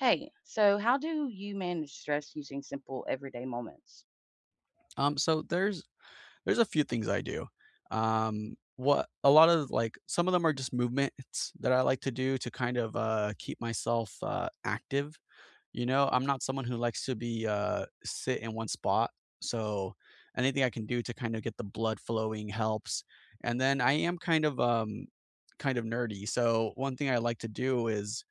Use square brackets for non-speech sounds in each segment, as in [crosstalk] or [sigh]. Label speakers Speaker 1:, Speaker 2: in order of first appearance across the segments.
Speaker 1: Hey, so how do you manage stress using simple everyday moments?
Speaker 2: So there's a few things I do. What a lot of like some of them are just movements that I like to do to kind of keep myself active. You know, I'm not someone who likes to be sit in one spot. So anything I can do to kind of get the blood flowing helps. And then I am kind of nerdy. So one thing I like to do is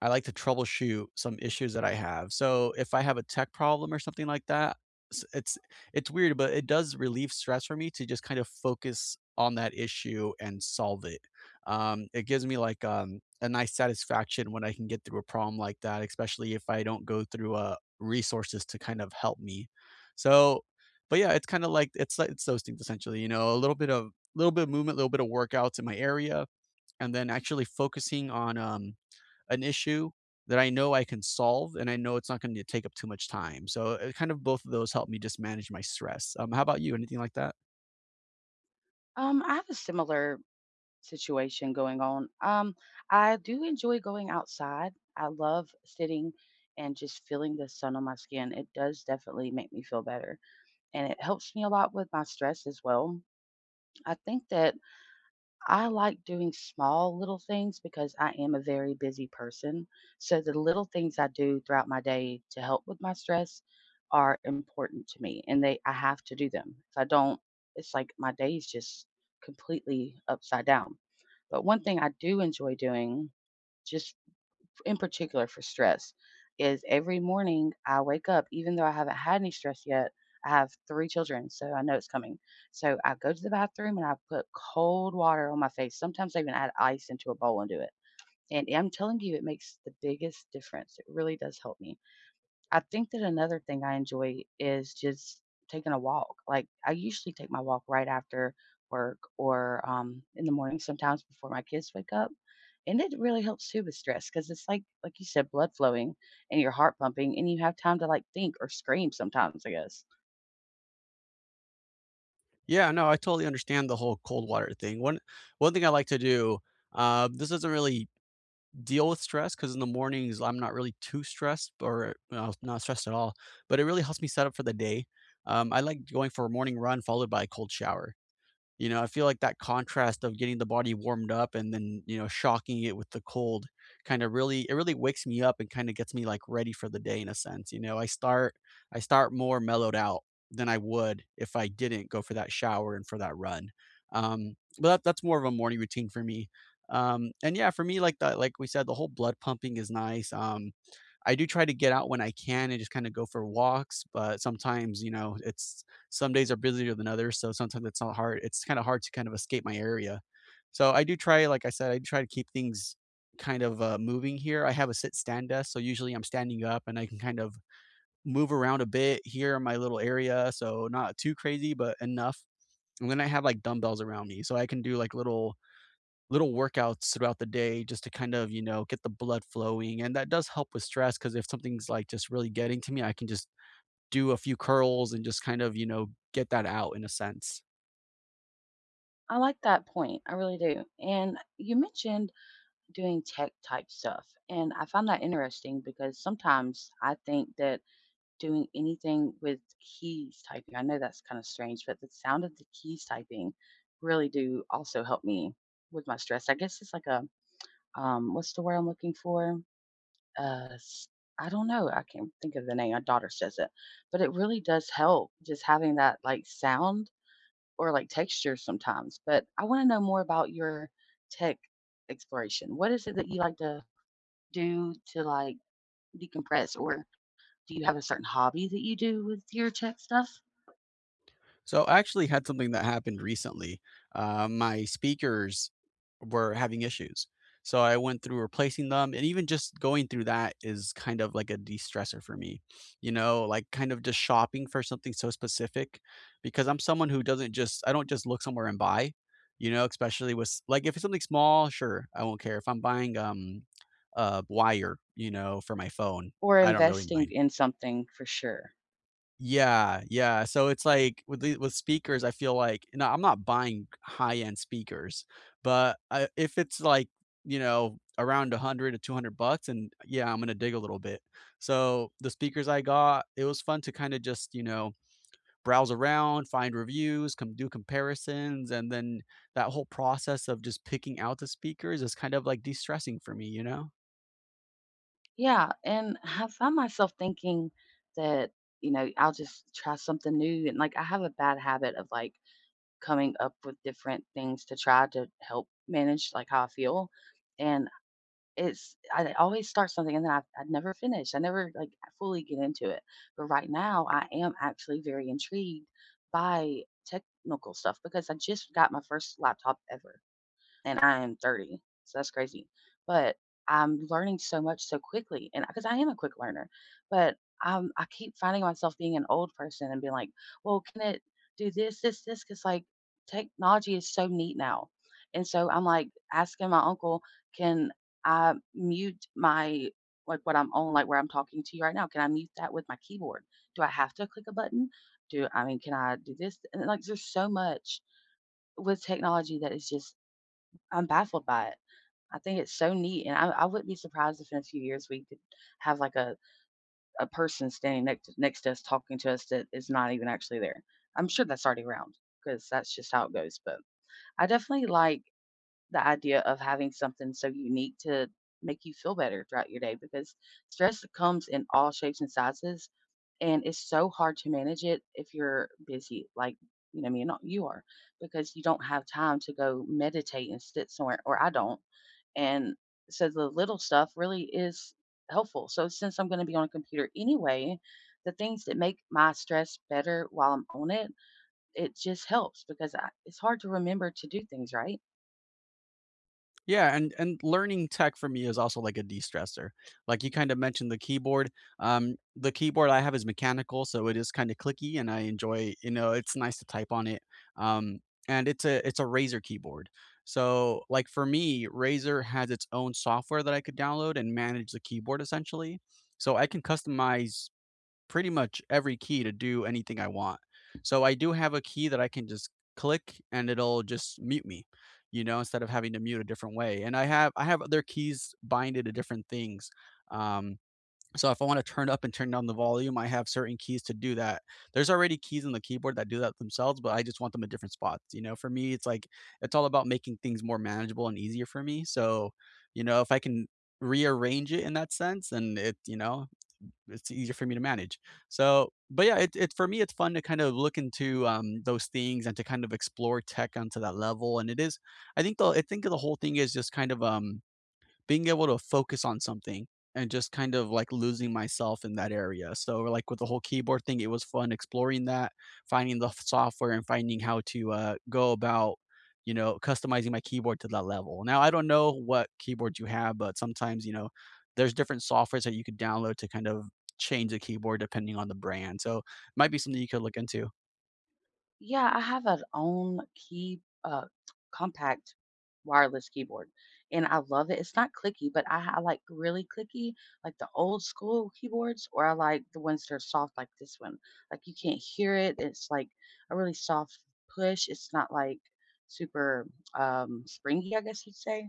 Speaker 2: I like to troubleshoot some issues that I have. So if I have a tech problem or something like that, it's it's weird, but it does relieve stress for me to just kind of focus on that issue and solve it. It gives me a nice satisfaction when I can get through a problem like that, especially if I don't go through resources to kind of help me. So, but yeah, it's kind of like it's those things essentially. You know, a little bit of movement, a little bit of workouts in my area, and then actually focusing on an issue that I know I can solve and I know it's not going to take up too much time. So kind of both of those help me just manage my stress. How about you? Anything like that?
Speaker 1: I have a similar situation going on. I do enjoy going outside. I love sitting and just feeling the sun on my skin. It does definitely make me feel better, and it helps me a lot with my stress as well. I think that I like doing small little things because I am a very busy person. So the little things I do throughout my day to help with my stress are important to me and they I have to do them. If I don't, it's like my day is just completely upside down. But one thing I do enjoy doing just in particular for stress is every morning I wake up, even though I haven't had any stress yet. I have three children, so I know it's coming. So I go to the bathroom and I put cold water on my face. Sometimes I even add ice into a bowl and do it. And I'm telling you, it makes the biggest difference. It really does help me. I think that another thing I enjoy is just taking a walk. Like I usually take my walk right after work or in the morning sometimes before my kids wake up. And it really helps too with stress because it's like you said, blood flowing and your heart pumping, and you have time to like think or scream sometimes, I guess.
Speaker 2: Yeah, no, I totally understand the whole cold water thing. One thing I like to do, this doesn't really deal with stress because in the mornings I'm not really too stressed or not stressed at all, but it really helps me set up for the day. I like going for a morning run followed by a cold shower. You know, I feel like that contrast of getting the body warmed up and then, you know, shocking it with the cold kinda really it really wakes me up and kinda gets me, like, ready for the day in a sense, you know? I start more mellowed out than I would if I didn't go for that shower and for that run. But that's more of a morning routine for me. And yeah, for me, like that, like we said, the whole blood pumping is nice. I do try to get out when I can and just kinda go for walks, but sometimes, you know, it's some days are busier than others, so sometimes it's not hard it's kinda hard to kind of escape my area. So I do try, like I said, I try to keep things kind of, moving here. I have a sit-stand desk, so usually I'm standing up and I can kind of move around a bit here in my little area, so not too crazy, but enough. And then I have, like, dumbbells around me, so I can do, like, little workouts throughout the day just to kind of, you know, get the blood flowing, and that does help with stress. Because if something's, like, just really getting to me, I can just do a few curls and just kind of, you know, get that out in a sense.
Speaker 1: I like that point. I really do. And you mentioned doing tech type stuff. And I found that interesting because sometimes I think that doing anything with keys typing. I know that's kind of strange, but the sound of the keys typing really do also help me with my stress. I guess it's like a what's the word I'm looking for? Uh, s- I don't know. I can't think of the name. My daughter says it, but it really does help just having that like sound or like texture sometimes. But I want to know more about your tech exploration. What is it that you like to do to like decompress, or do you have a certain hobby that you do with your tech stuff?
Speaker 2: So I actually had something that happened recently. My speakers were having issues. So I went through replacing them, and even just going through that is kind of like a de-stressor for me. You know, like kind of just shopping for something so specific because I'm someone who doesn't just I don't just look somewhere and buy, you know, especially like if it's something small, sure, I won't care. If I'm buying a wire, you know, for my phone,
Speaker 1: Or
Speaker 2: I don't really
Speaker 1: investing
Speaker 2: mind.
Speaker 1: in something for sure.
Speaker 2: Yeah, yeah, so it's like with speakers, I feel like no, I'm not buying high-end speakers, but, if it's like, you know, around 100 to 200 bucks and yeah, I'm gonna dig a little bit. So, the speakers I got, it was fun to kinda just, you know, browse around, find reviews, come do comparisons, and then that whole process of just picking out the speakers is kind of like de-stressing for me, you know?
Speaker 1: Yeah, and I found myself thinking that, you know, I'll just try something new and like I have a bad habit of like coming up with different things to try to help manage like how I feel. And it's I always start something and then I never finish. I never like fully get into it. But right now I am actually very intrigued by technical stuff because I just got my first laptop ever and I am 30, so that's crazy. But I'm learning so much so quickly, and because I am a quick learner, but I keep finding myself being an old person and being like, "Well, can it do this, this, this?" Because like technology is so neat now, and so I'm like asking my uncle, "Can I mute my like what I'm on, like where I'm talking to you right now? Can I mute that with my keyboard? Do I have to click a button? Do I mean, can I do this?" And like, there's so much with technology that is just I'm baffled by it. I think it's so neat, and I wouldn't be surprised if in a few years we could have, like, a person standing next to us talking to us that is not even actually there. I'm sure that's already around because that's just how it goes, but I definitely like the idea of having something so unique to make you feel better throughout your day because stress comes in all shapes and sizes, and it's so hard to manage it if you're busy, like, you know, me and you are because you don't have time to go meditate and sit somewhere, or I don't. And so the little stuff really is helpful. So since I'm going to be on a computer anyway, the things that make my stress better while I'm on it, it just helps because I, it's hard to remember to do things, right?
Speaker 2: Yeah, and learning tech for me is also like a de-stressor. Like you kind of mentioned the keyboard. The keyboard I have is mechanical, so it is kind of clicky, and I enjoy. You know, it's nice to type on it. Um, and it's a Razer keyboard. So like for me, Razer has its own software that I could download and manage the keyboard essentially. So I can customize pretty much every key to do anything I want. So I do have a key that I can just click and it'll just mute me, you know, instead of having to mute a different way. And I have other keys binded to different things. Um, so if I want to turn up and turn down the volume, I have certain keys to do that. There's already keys on the keyboard that do that themselves, but I just want them at different spots. You know, for me, it's like it's all about making things more manageable and easier for me. So, you know, if I can rearrange it in that sense, and it, you know, it's easier for me to manage. So, but yeah, it for me, it's fun to kind of look into those things and to kind of explore tech onto that level. And it is, I think the whole thing is just being able to focus on something and just kind of like losing myself in that area. So like with the whole keyboard thing, it was fun exploring that, finding the software and finding how to go about, you know, customizing my keyboard to that level. Now I don't know what keyboard you have, but sometimes, you know, there's different softwares that you could download to kind of change the keyboard depending on the brand. So it might be something you could look into.
Speaker 1: Yeah, I have an own key compact wireless keyboard and I love it. It's not clicky, but I like really clicky, like the old school keyboards, or I like the ones that are soft like this one. Like you can't hear it. It's like a really soft push. It's not like super springy, I guess you'd say.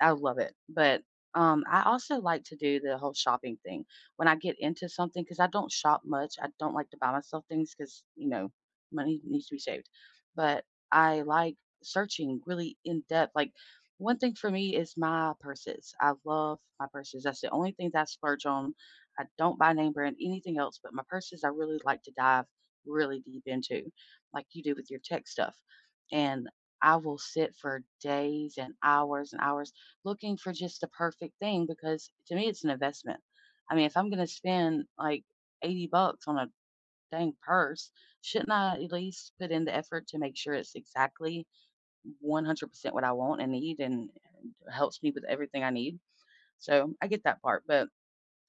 Speaker 1: I love it, but, I also like to do the whole shopping thing. When I get into something because I don't shop much, I don't like to buy myself things because you know, money needs to be saved, but I like searching really in depth, like, one thing for me is my purses. I love my purses. That's the only thing that I splurge on. I don't buy name brand anything else, but my purses, I really like to dive really deep into, like you do with your tech stuff, and I will sit for days and hours looking for just the perfect thing because to me it's an investment. I mean, if I'm gonna spend like 80 bucks on a dang purse, shouldn't I at least put in the effort to make sure it's exactly 100% what I want and need and, helps me with everything I need? So I get that part. But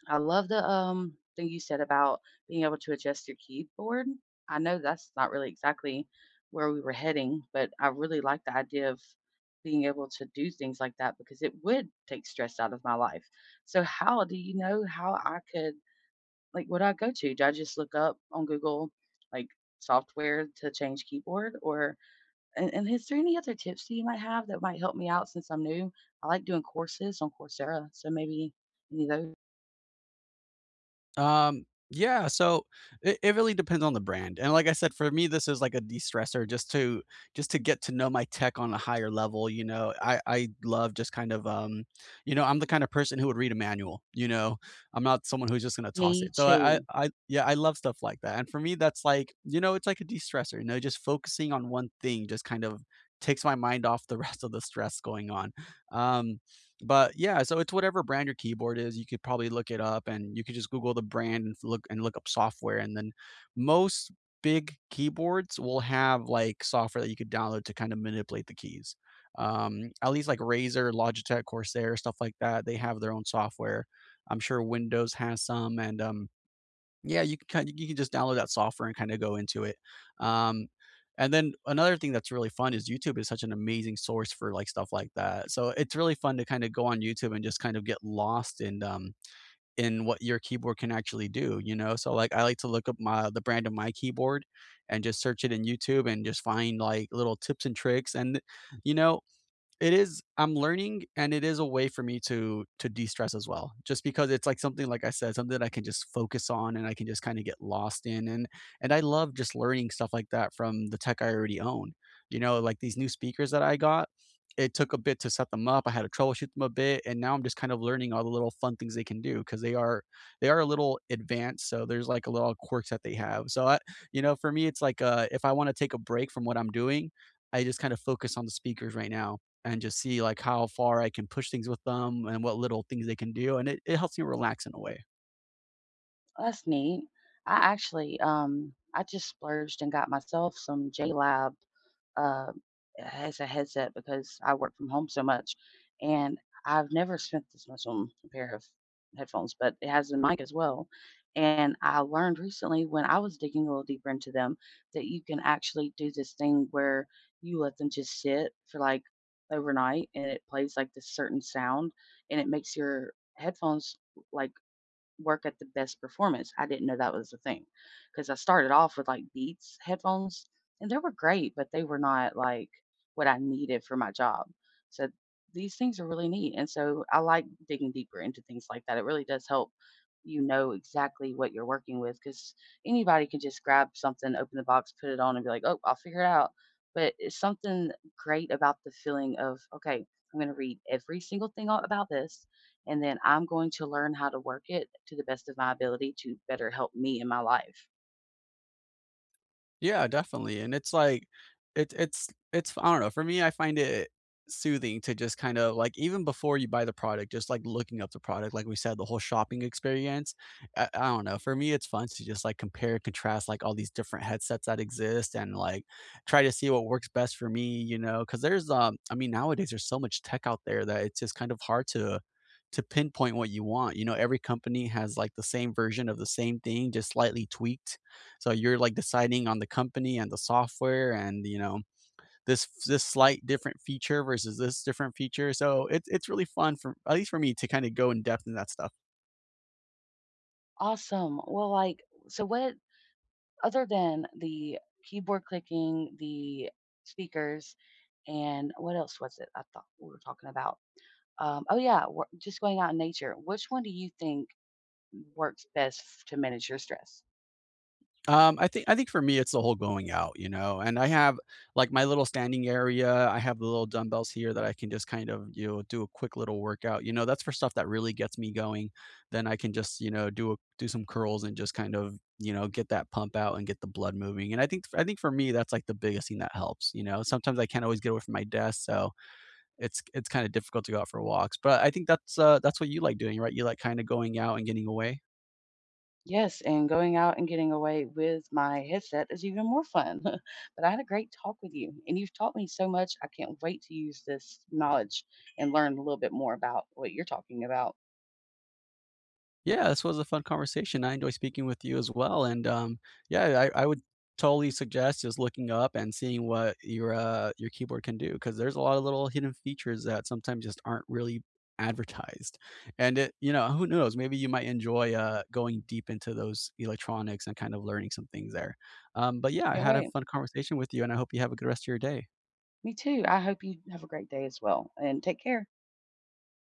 Speaker 1: I love the thing you said about being able to adjust your keyboard. I know that's not really exactly where we were heading, but I really like the idea of being able to do things like that because it would take stress out of my life. So how do you know how I could like what I go to? Do I just look up on Google like software to change keyboard or and is there any other tips that you might have that might help me out since I'm new? I like doing courses on Coursera, so maybe any of those.
Speaker 2: Yeah, so it really depends on the brand, and like I said, for me, this is like a de-stressor just to get to know my tech on a higher level, you know? I love just you know, I'm the kind of person who would read a manual, you know? I'm not someone who's just gonna toss
Speaker 1: Me
Speaker 2: it. So
Speaker 1: too.
Speaker 2: I yeah, I love stuff like that, and for me, that's like, you know, it's like a de-stressor, you know? Just focusing on one thing just kind of takes my mind off the [laughs] rest of the stress going on. Um but yeah, so it's whatever brand your keyboard is, you could probably look it up and you could just Google the brand and look up software. And then most big keyboards will have like software that you could download to kind of manipulate the keys. At least like Razer, Logitech, Corsair, stuff like that, they have their own software. I'm sure Windows has some, and yeah, you can you can just download that software and kinda go into it. Um, and then another thing that's really fun is YouTube is such an amazing source for, like, stuff like that. So it's really fun to kinda go on YouTube and just kind of get lost in what your keyboard can actually do, you know? So, like, I like to look up my the brand of my keyboard and just search it in YouTube and just find, like, little tips and tricks, and, you know, it is I'm learning, and it is a way for me to de-stress as well, just because it's, like, something, like I said, something that I can just focus on and I can just kinda get lost in, and I love just learning stuff like that from the tech I already own. You know, like, these new speakers that I got, it took a bit to set them up, I had to troubleshoot them a bit, and now I'm just kind of learning all the little fun things they can do because they are a little advanced, so there's, like, a little quirks that they have. So I You know, for me, it's like, if I wanna take a break from what I'm doing, I just kind of focus on the speakers right now and just see, like, how far I can push things with them and what little things they can do, and it helps me relax in a way.
Speaker 1: That's neat. I actually, I just splurged and got myself some JLab uh, as a headset because I work from home so much, and I've never spent this much on a pair of headphones, but it has a mic as well. And I learned recently when I was digging a little deeper into them that you can actually do this thing where you let them just sit for like overnight, and it plays like this certain sound, and it makes your headphones like work at the best performance. I didn't know that was a thing, because I started off with, like, Beats headphones, and they were great, but they were not, like, what I needed for my job. So, these things are really neat, and so I like digging deeper into things like that. It really does help you know exactly what you're working with, because anybody can just grab something, open the box, put it on, and be like, "Oh, I'll figure it out." But it's something great about the feeling of, "Okay, I'm gonna read every single thing a about this and then I'm going to learn how to work it to the best of my ability to better help me in my life.
Speaker 2: Yeah, definitely, and it's like it it's it's, I don't know, for me, I find it soothing to just kind of, like, even before you buy the product, just, like, looking up the product, like we said, the whole shopping experience, I don't know, for me, it's fun to just, like, compare contrast, like, all these different headsets that exist and, like, try to see what works best for me, you know, because I mean, nowadays, there's so much tech out there that it's just kind of hard to pinpoint what you want, you know, every company has, like, the same version of the same thing, just slightly tweaked. So you're like deciding on the company and the software and, you know, this slight different feature versus this different feature. So it's really fun, for at least for me, to kind of go in depth in that stuff.
Speaker 1: Awesome. Well, like, so what other than the keyboard clicking, the speakers, and what else was it? I thought we were talking about. Oh yeah, just going out in nature. Which one do you think works best to manage your stress?
Speaker 2: I think for me, it's the whole going out, you know, and I have like my little standing area. I have the little dumbbells here that I can just kind of, you know, do a quick little workout. You know, that's for stuff that really gets me going. Then I can just, you know, do some curls and just kind of, you know, get that pump out and get the blood moving. And I think for me, that's like the biggest thing that helps. You know, sometimes I can't always get away from my desk, so it's kind of difficult to go out for walks. But I think that's what you like doing, right? You like kind of going out and getting away.
Speaker 1: Yes, and going out and getting away with my headset is even more fun. [laughs] But I had a great talk with you, and you've taught me so much. I can't wait to use this knowledge and learn a little bit more about what you're talking about.
Speaker 2: Yeah, this was a fun conversation. I enjoy speaking with you as well. And yeah, I would totally suggest just looking up and seeing what your keyboard can do because there's a lot of little hidden features that sometimes just aren't really advertised. And it, you know, who knows? Maybe you might enjoy going deep into those electronics and kind of learning some things there. But yeah, I
Speaker 1: Can't
Speaker 2: had a
Speaker 1: wait.
Speaker 2: fun conversation with you, and I hope you have a good rest of your day.
Speaker 1: Me too. I hope you have a great day as well, and take care.